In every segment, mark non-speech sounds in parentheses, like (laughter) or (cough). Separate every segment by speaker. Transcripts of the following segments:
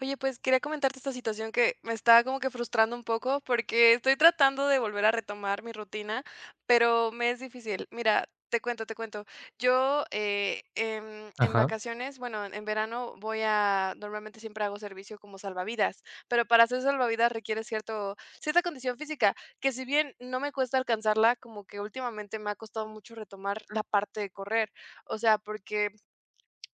Speaker 1: Oye, pues quería comentarte esta situación que me está como que frustrando un poco porque estoy tratando de volver a retomar mi rutina, pero me es difícil. Mira, te cuento, te cuento. Yo en
Speaker 2: Ajá.
Speaker 1: vacaciones, bueno, en verano voy a, normalmente siempre hago servicio como salvavidas, pero para hacer salvavidas requiere cierta condición física, que si bien no me cuesta alcanzarla, como que últimamente me ha costado mucho retomar la parte de correr. O sea, porque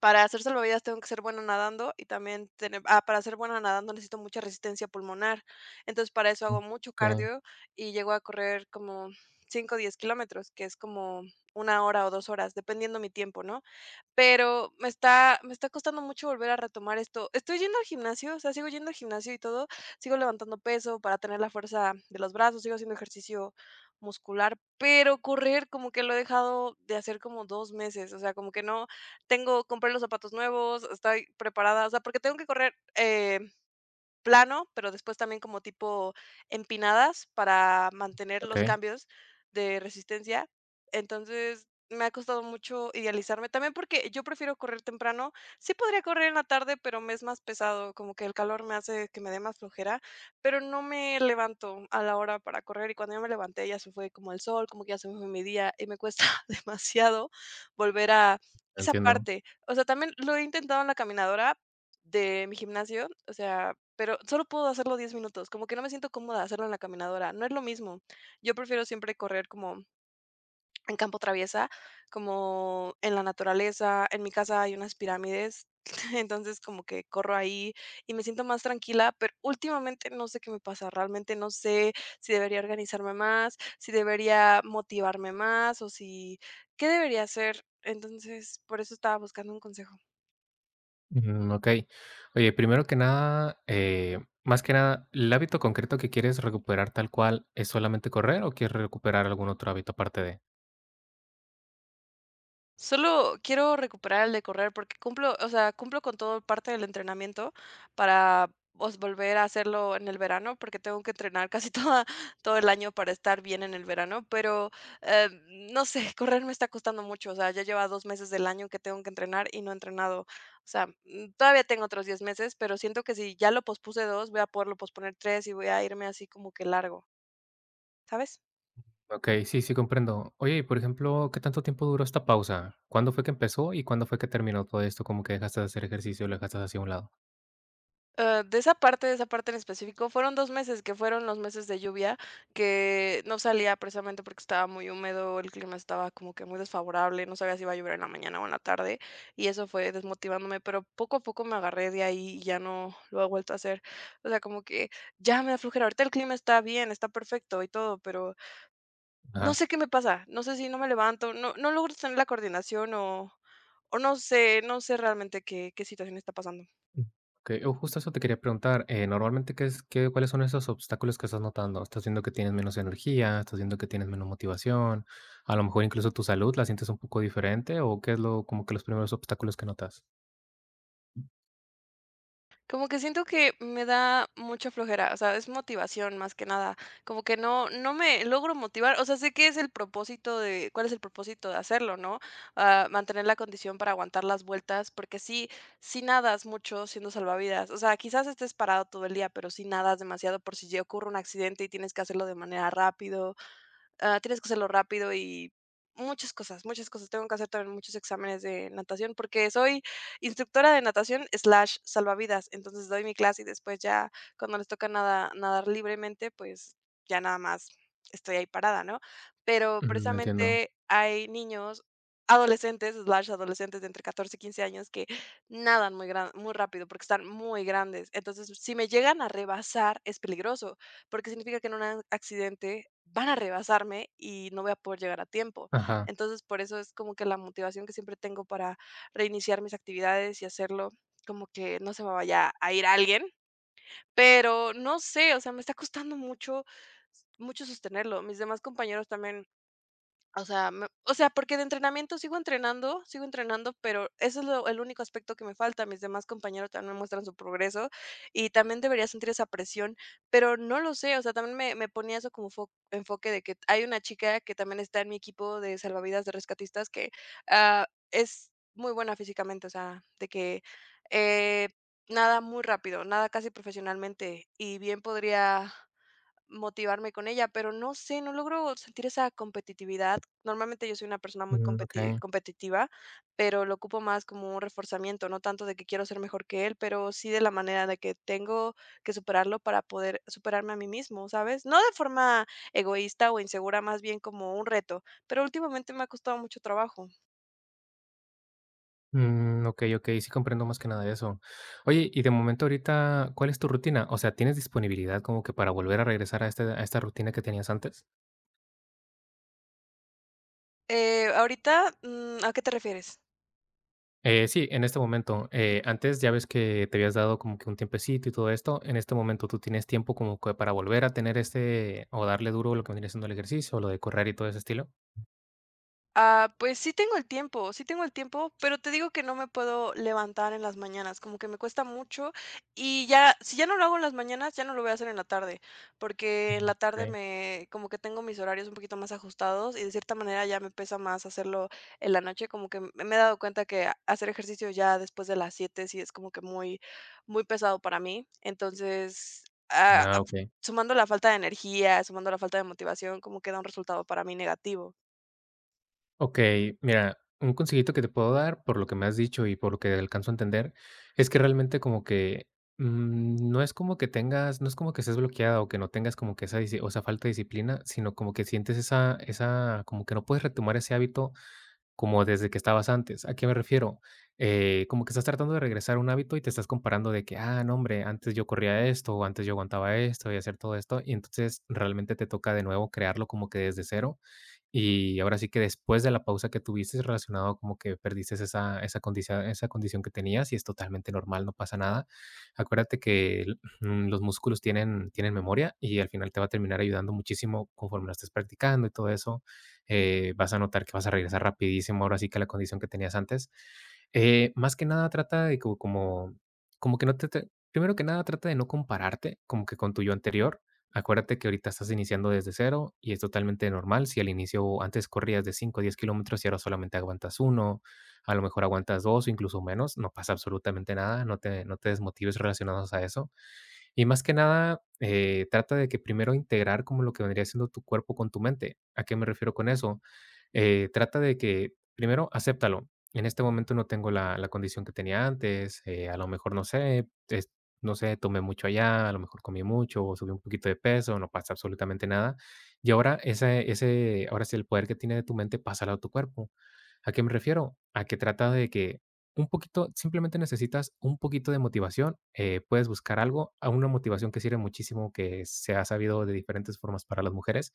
Speaker 1: para hacer salvavidas tengo que ser buena nadando y también tener para ser buena nadando necesito mucha resistencia pulmonar. Entonces, para eso hago mucho
Speaker 2: Okey,
Speaker 1: cardio y llego a correr como 5 o 10 kilómetros, que es como una hora o 2 horas, dependiendo mi tiempo, ¿no? Pero me está costando mucho volver a retomar esto. Estoy yendo al gimnasio, o sea, sigo yendo al gimnasio y todo, sigo levantando peso para tener la fuerza de los brazos, sigo haciendo ejercicio muscular, pero correr como que lo he dejado de hacer como 2 meses, o sea, como que no tengo. Compré los zapatos nuevos, estoy preparada, o sea, porque tengo que correr, plano, pero después también como tipo empinadas para mantener los
Speaker 2: okey,
Speaker 1: cambios de resistencia. Entonces, me ha costado mucho idealizarme, también porque yo prefiero correr temprano. Sí podría correr en la tarde, pero me es más pesado, como que el calor me hace que me dé más flojera, pero no me levanto a la hora para correr y cuando yo me levanté ya se fue como el sol, como que ya se me fue mi día y me cuesta (laughs) demasiado volver a esa
Speaker 2: entiendo.
Speaker 1: parte. O sea, también lo he intentado en la caminadora, de mi gimnasio, o sea, pero solo puedo hacerlo 10 minutos, como que no me siento cómoda hacerlo en la caminadora, no es lo mismo. Yo prefiero siempre correr como en campo traviesa, como en la naturaleza, en mi casa hay unas pirámides, (laughs) entonces como que corro ahí y me siento más tranquila, pero últimamente no sé qué me pasa, realmente no sé si debería organizarme más, si debería motivarme más o si qué debería hacer. Entonces, por eso estaba buscando un consejo.
Speaker 2: Mm, okey. Oye, primero que nada, más que nada, ¿el hábito concreto que quieres recuperar tal cual es solamente correr o quieres recuperar algún otro hábito aparte de?
Speaker 1: Solo quiero recuperar el de correr porque cumplo, o sea, cumplo con todo parte del entrenamiento para, pues, volver a hacerlo en el verano, porque tengo que entrenar casi (laughs) toda todo el año para estar bien en el verano, pero, eh, no sé, correr me está costando mucho, o sea, ya lleva 2 meses del año que tengo que entrenar y no he entrenado. O sea, todavía tengo otros 10 meses, pero siento que si ya lo pospuse 2, voy a poderlo posponer 3 y voy a irme así como que largo, ¿sabes?
Speaker 2: Okey, sí, sí, comprendo. Oye, y por ejemplo, ¿qué tanto tiempo duró esta pausa? ¿Cuándo fue que empezó y cuándo fue que terminó todo esto? ¿Cómo que dejaste de hacer ejercicio y lo dejaste hacia un lado?
Speaker 1: Ah, de esa parte en específico, fueron 2 meses, que fueron los meses de lluvia, que no salía precisamente porque estaba muy húmedo, el clima estaba como que muy desfavorable, no sabía si iba a llover en la mañana o en la tarde, y eso fue desmotivándome, pero poco a poco me agarré de ahí y ya no lo he vuelto a hacer. O sea, como que ya me da flojera. Ahorita el clima está bien, está perfecto y todo, pero no
Speaker 2: Ajá.
Speaker 1: sé qué me pasa, no sé si no me levanto, no logro tener la coordinación o no sé, no sé realmente qué situación está pasando.
Speaker 2: Mm, okey, justo eso te quería preguntar, normalmente, ¿qué cuáles son esos obstáculos que estás notando? ¿Estás viendo que tienes menos energía? ¿Estás viendo que tienes menos motivación? A lo mejor incluso tu salud la sientes un poco diferente, ¿o qué es lo como que los primeros obstáculos que notas?
Speaker 1: Como que siento que me da mucha flojera, o sea, es motivación más que nada, como que no me logro motivar, o sea, sé que es el propósito de cuál es el propósito de hacerlo, ¿no? Ah, mantener la condición para aguantar las vueltas, porque sí, sí nadas mucho siendo salvavidas, o sea, quizás estés parado todo el día, pero sí nadas demasiado por si ya ocurre un accidente y tienes que hacerlo de manera rápido, tienes que hacerlo rápido y muchas cosas, muchas cosas. Tengo que hacer también muchos exámenes de natación porque soy instructora de natación slash salvavidas. Entonces doy mi clase y después ya cuando les toca nada, nadar libremente, pues ya nada más estoy ahí parada, ¿no? Pero
Speaker 2: Mm, entiendo.
Speaker 1: precisamente hay niños, adolescentes, slash adolescentes de entre catorce y 15 años que nadan muy rápido porque están muy grandes. Entonces, si me llegan a rebasar, es peligroso porque significa que en un a accidente van a rebasarme y no voy a poder llegar a tiempo.
Speaker 2: Ajá.
Speaker 1: Entonces, por eso es como que la motivación que siempre tengo para reiniciar mis actividades y hacerlo como que no se me vaya a ir alguien, pero no sé, o sea, me está costando mucho, mucho sostenerlo. Mis demás compañeros también o sea, me o sea, porque de entrenamiento sigo entrenando, pero eso es lo el único aspecto que me falta. Mis demás compañeros también me muestran su progreso y también debería sentir esa presión, pero no lo sé, o sea, también me ponía eso como fo enfoque de que hay una chica que también está en mi equipo de salvavidas de rescatistas que, ah, es muy buena físicamente, o sea, de que, eh, nada muy rápido, nada casi profesionalmente y bien podría motivarme con ella, pero no sé, no logro sentir esa competitividad. Normalmente yo soy una persona muy
Speaker 2: Mm, okey.
Speaker 1: competitiva, pero lo ocupo más como un reforzamiento, no tanto de que quiero ser mejor que él, pero sí de la manera de que tengo que superarlo para poder superarme a mí mismo, ¿sabes? No de forma egoísta o insegura, más bien como un reto, pero últimamente me ha costado mucho trabajo.
Speaker 2: Mm, okey, okey, sí, comprendo más que nada de eso. Oye, y de momento ahorita, ¿cuál es tu rutina? O sea, ¿tienes disponibilidad como que para volver a regresar a a esta rutina que tenías antes?
Speaker 1: ¿A qué te refieres?
Speaker 2: Sí, en este momento, antes ya ves que te habías dado como que un tiempecito y todo esto. En este momento tú tienes tiempo como que para volver a tener este o darle duro lo que viene siendo el ejercicio o lo de correr y todo ese estilo.
Speaker 1: Ah, pues sí tengo el tiempo, sí tengo el tiempo, pero te digo que no me puedo levantar en las mañanas, como que me cuesta mucho y ya, si ya no lo hago en las mañanas, ya no lo voy a hacer en la tarde, porque en la tarde
Speaker 2: Okay.
Speaker 1: como que tengo mis horarios un poquito más ajustados y de cierta manera ya me pesa más hacerlo en la noche, como que me he dado cuenta que hacer ejercicio ya después de las 7 sí es como que muy, muy pesado para mí, entonces, ah, ah,
Speaker 2: Ah, okey.
Speaker 1: sumando la falta de energía, sumando la falta de motivación, como que da un resultado para mí negativo.
Speaker 2: Okey, mira, un consejito que te puedo dar, por lo que me has dicho y por lo que alcanzo a entender, es que realmente como que, no es como que tengas, no es como que estés bloqueada o que no tengas como que esa disi o sea, falta de disciplina, sino como que sientes esa como que no puedes retomar ese hábito como desde que estabas antes. ¿A qué me refiero? Como que estás tratando de regresar a un hábito y te estás comparando de que, ah, no, hombre, antes yo corría esto, o antes yo aguantaba esto y hacer todo esto, y entonces realmente te toca de nuevo crearlo como que desde cero y ahora sí que, después de la pausa que tuviste relacionado, como que perdiste esa esa condición que tenías y es totalmente normal, no pasa nada. Acuérdate que los músculos tienen memoria y al final te va a terminar ayudando muchísimo conforme lo estés practicando y todo eso. Vas a notar que vas a regresar rapidísimo, ahora sí que, a la condición que tenías antes. Más que nada trata de co como como que no te te primero que nada trata de no compararte como que con tu yo anterior. Acuérdate que ahorita estás iniciando desde cero y es totalmente normal. Si al inicio antes corrías de 5 o 10 km y ahora solamente aguantas uno, a lo mejor aguantas 2 o incluso menos, no pasa absolutamente nada, no te desmotives relacionados a eso. Y más que nada, trata de que primero integrar como lo que vendría siendo tu cuerpo con tu mente. ¿A qué me refiero con eso? Trata de que primero acéptalo. En este momento no tengo la condición que tenía antes. A lo mejor no sé, no sé, tomé mucho allá, a lo mejor comí mucho, o subí un poquito de peso, no pasa absolutamente nada. Y ahora ahora sí, el poder que tiene de tu mente, pásalo a tu cuerpo. ¿A qué me refiero? A que trata de que un poquito, simplemente necesitas un poquito de motivación. Puedes buscar algo, a una motivación que sirve muchísimo, que se ha sabido de diferentes formas para las mujeres,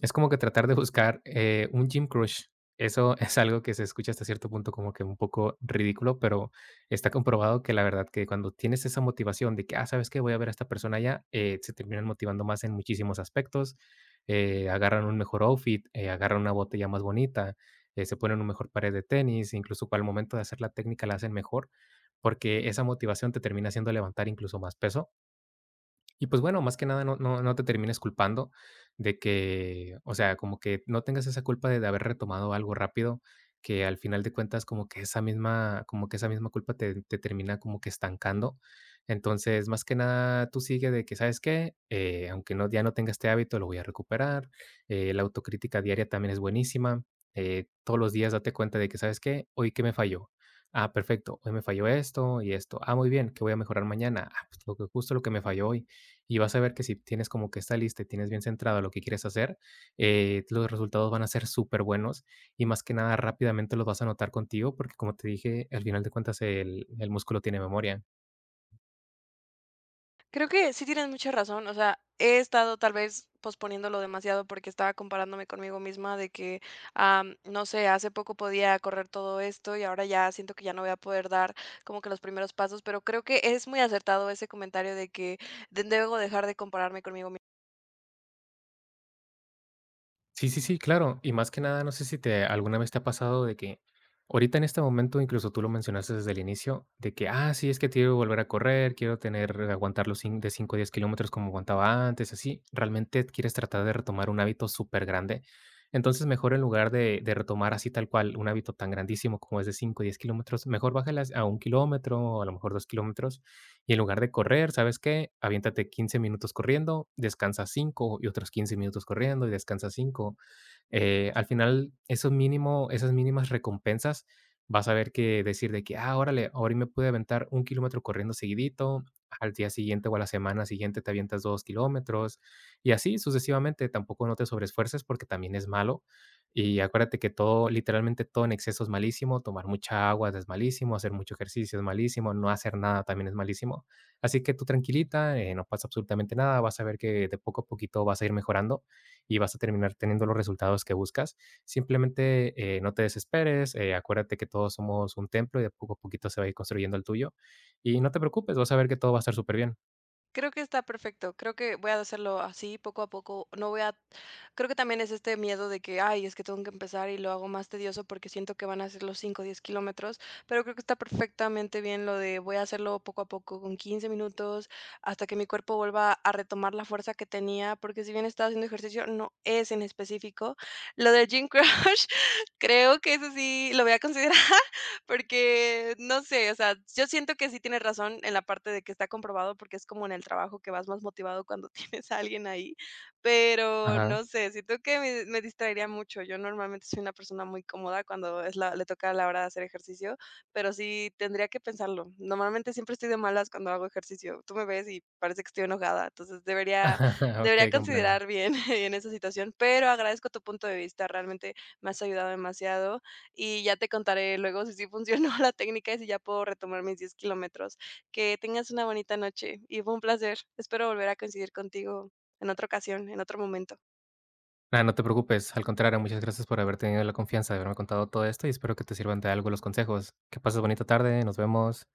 Speaker 2: es como que tratar de buscar, un gym crush. Eso (laughs) es algo que se escucha hasta cierto punto como que un poco ridículo, pero está comprobado, que la verdad, que cuando tienes esa motivación de que, ah, ¿sabes que Voy a ver a esta persona allá, se terminan motivando más en muchísimos aspectos. Agarran un mejor outfit, agarran una botella más bonita, se ponen un mejor pared de tenis, incluso para el momento de hacer la técnica la hacen mejor, porque esa motivación te termina haciendo levantar incluso más peso. Y pues bueno, más que nada no te termines culpando de que, o sea, como que no tengas esa culpa de haber retomado algo rápido, que al final de cuentas como que esa misma culpa te termina como que estancando. Entonces, más que nada, tú sigue de que, ¿sabes qué? Aunque ya no tenga este hábito, lo voy a recuperar. La autocrítica diaria también es buenísima. Todos los días date cuenta de que, ¿sabes qué? Hoy, ¿qué me falló? Ah, perfecto, hoy me falló esto y esto. Ah, muy bien, ¿qué voy a mejorar mañana? Ah, pues lo que justo lo que me falló hoy, y vas a ver que si tienes como que esta lista y tienes bien centrado lo que quieres hacer, los resultados van a ser súper buenos y más que nada rápidamente los vas a notar contigo, porque como te dije, al final de cuentas el músculo tiene memoria.
Speaker 1: Creo que sí tienes mucha razón, o sea, he estado tal vez posponiéndolo demasiado porque estaba comparándome conmigo misma de que, no sé, hace poco podía correr todo esto y ahora ya siento que ya no voy a poder dar como que los primeros pasos, pero creo que es muy acertado ese comentario de que debo dejar de compararme conmigo.
Speaker 2: Sí, sí, sí, claro. Y más que nada, no sé si te alguna vez te ha pasado de que ahorita en este momento, incluso tú lo mencionaste desde el inicio, de que, ah, sí, es que quiero volver a correr, quiero tener, aguantar los de 5 a 10 km como aguantaba antes, así. Realmente quieres tratar de retomar un hábito súper grande. Entonces, mejor en lugar de retomar así tal cual un hábito tan grandísimo como es de 5 o 10 km, mejor bájalas a 1 km o a lo mejor 2 km. Y en lugar de correr, ¿sabes qué? Aviéntate 15 minutos corriendo, descansa 5 y otros 15 minutos corriendo y descansa cinco. Al final esos mínimo esas mínimas recompensas, vas a ver que decir de que, ah, órale, ahora me pude aventar 1 km corriendo seguidito, al día siguiente o a la semana siguiente te avientas 2 km y así sucesivamente. Tampoco no te sobreesfuerces porque también es malo. Y acuérdate que todo, literalmente todo en exceso es malísimo, tomar mucha agua es malísimo, hacer mucho ejercicio es malísimo, no hacer nada también es malísimo. Así que tú tranquilita, no pasa absolutamente nada, vas a ver que de poco a poquito vas a ir mejorando y vas a terminar teniendo los resultados que buscas. Simplemente no te desesperes, acuérdate que todos somos un templo y de poco a poquito se va a ir construyendo el tuyo. Y no te preocupes, vas a ver que todo va a estar súper bien.
Speaker 1: Creo que está perfecto. Creo que voy a hacerlo así, poco a poco. No voy a Creo que también es este miedo de que, ay, es que tengo que empezar y lo hago más tedioso porque siento que van a ser los 5, o 10 kilómetros, pero creo que está perfectamente bien lo de voy a hacerlo poco a poco, con 15 minutos, hasta que mi cuerpo vuelva a retomar la fuerza que tenía, porque si bien estaba haciendo ejercicio, no es en específico. Lo del gym crush, (laughs) creo que eso sí lo voy a considerar porque, no sé, o sea, yo siento que sí tienes razón en la parte de que está comprobado, porque es como en el trabajo que vas más motivado cuando (laughs) tienes a alguien ahí, pero
Speaker 2: Ajá.
Speaker 1: no sé, siento que me distraería mucho. Yo normalmente soy una persona muy cómoda cuando es le toca la hora de hacer ejercicio, pero sí tendría que pensarlo. Normalmente siempre estoy de malas cuando hago ejercicio. Tú me ves y parece que estoy enojada,
Speaker 2: (laughs)
Speaker 1: debería
Speaker 2: Okey, comprendo.
Speaker 1: considerar bien (laughs) en esa situación, pero agradezco tu punto de vista, realmente me has ayudado demasiado y ya te contaré luego si sí funcionó (laughs) la técnica y si ya puedo retomar mis 10 kilómetros. Que tengas una bonita noche y fue un placer. Espero volver a coincidir contigo en otra ocasión, en otro momento.
Speaker 2: Nada, no te preocupes. Al contrario, muchas gracias por haber tenido la confianza de haberme contado todo esto y espero que te sirvan de algo los consejos. Que pases bonita tarde, nos vemos.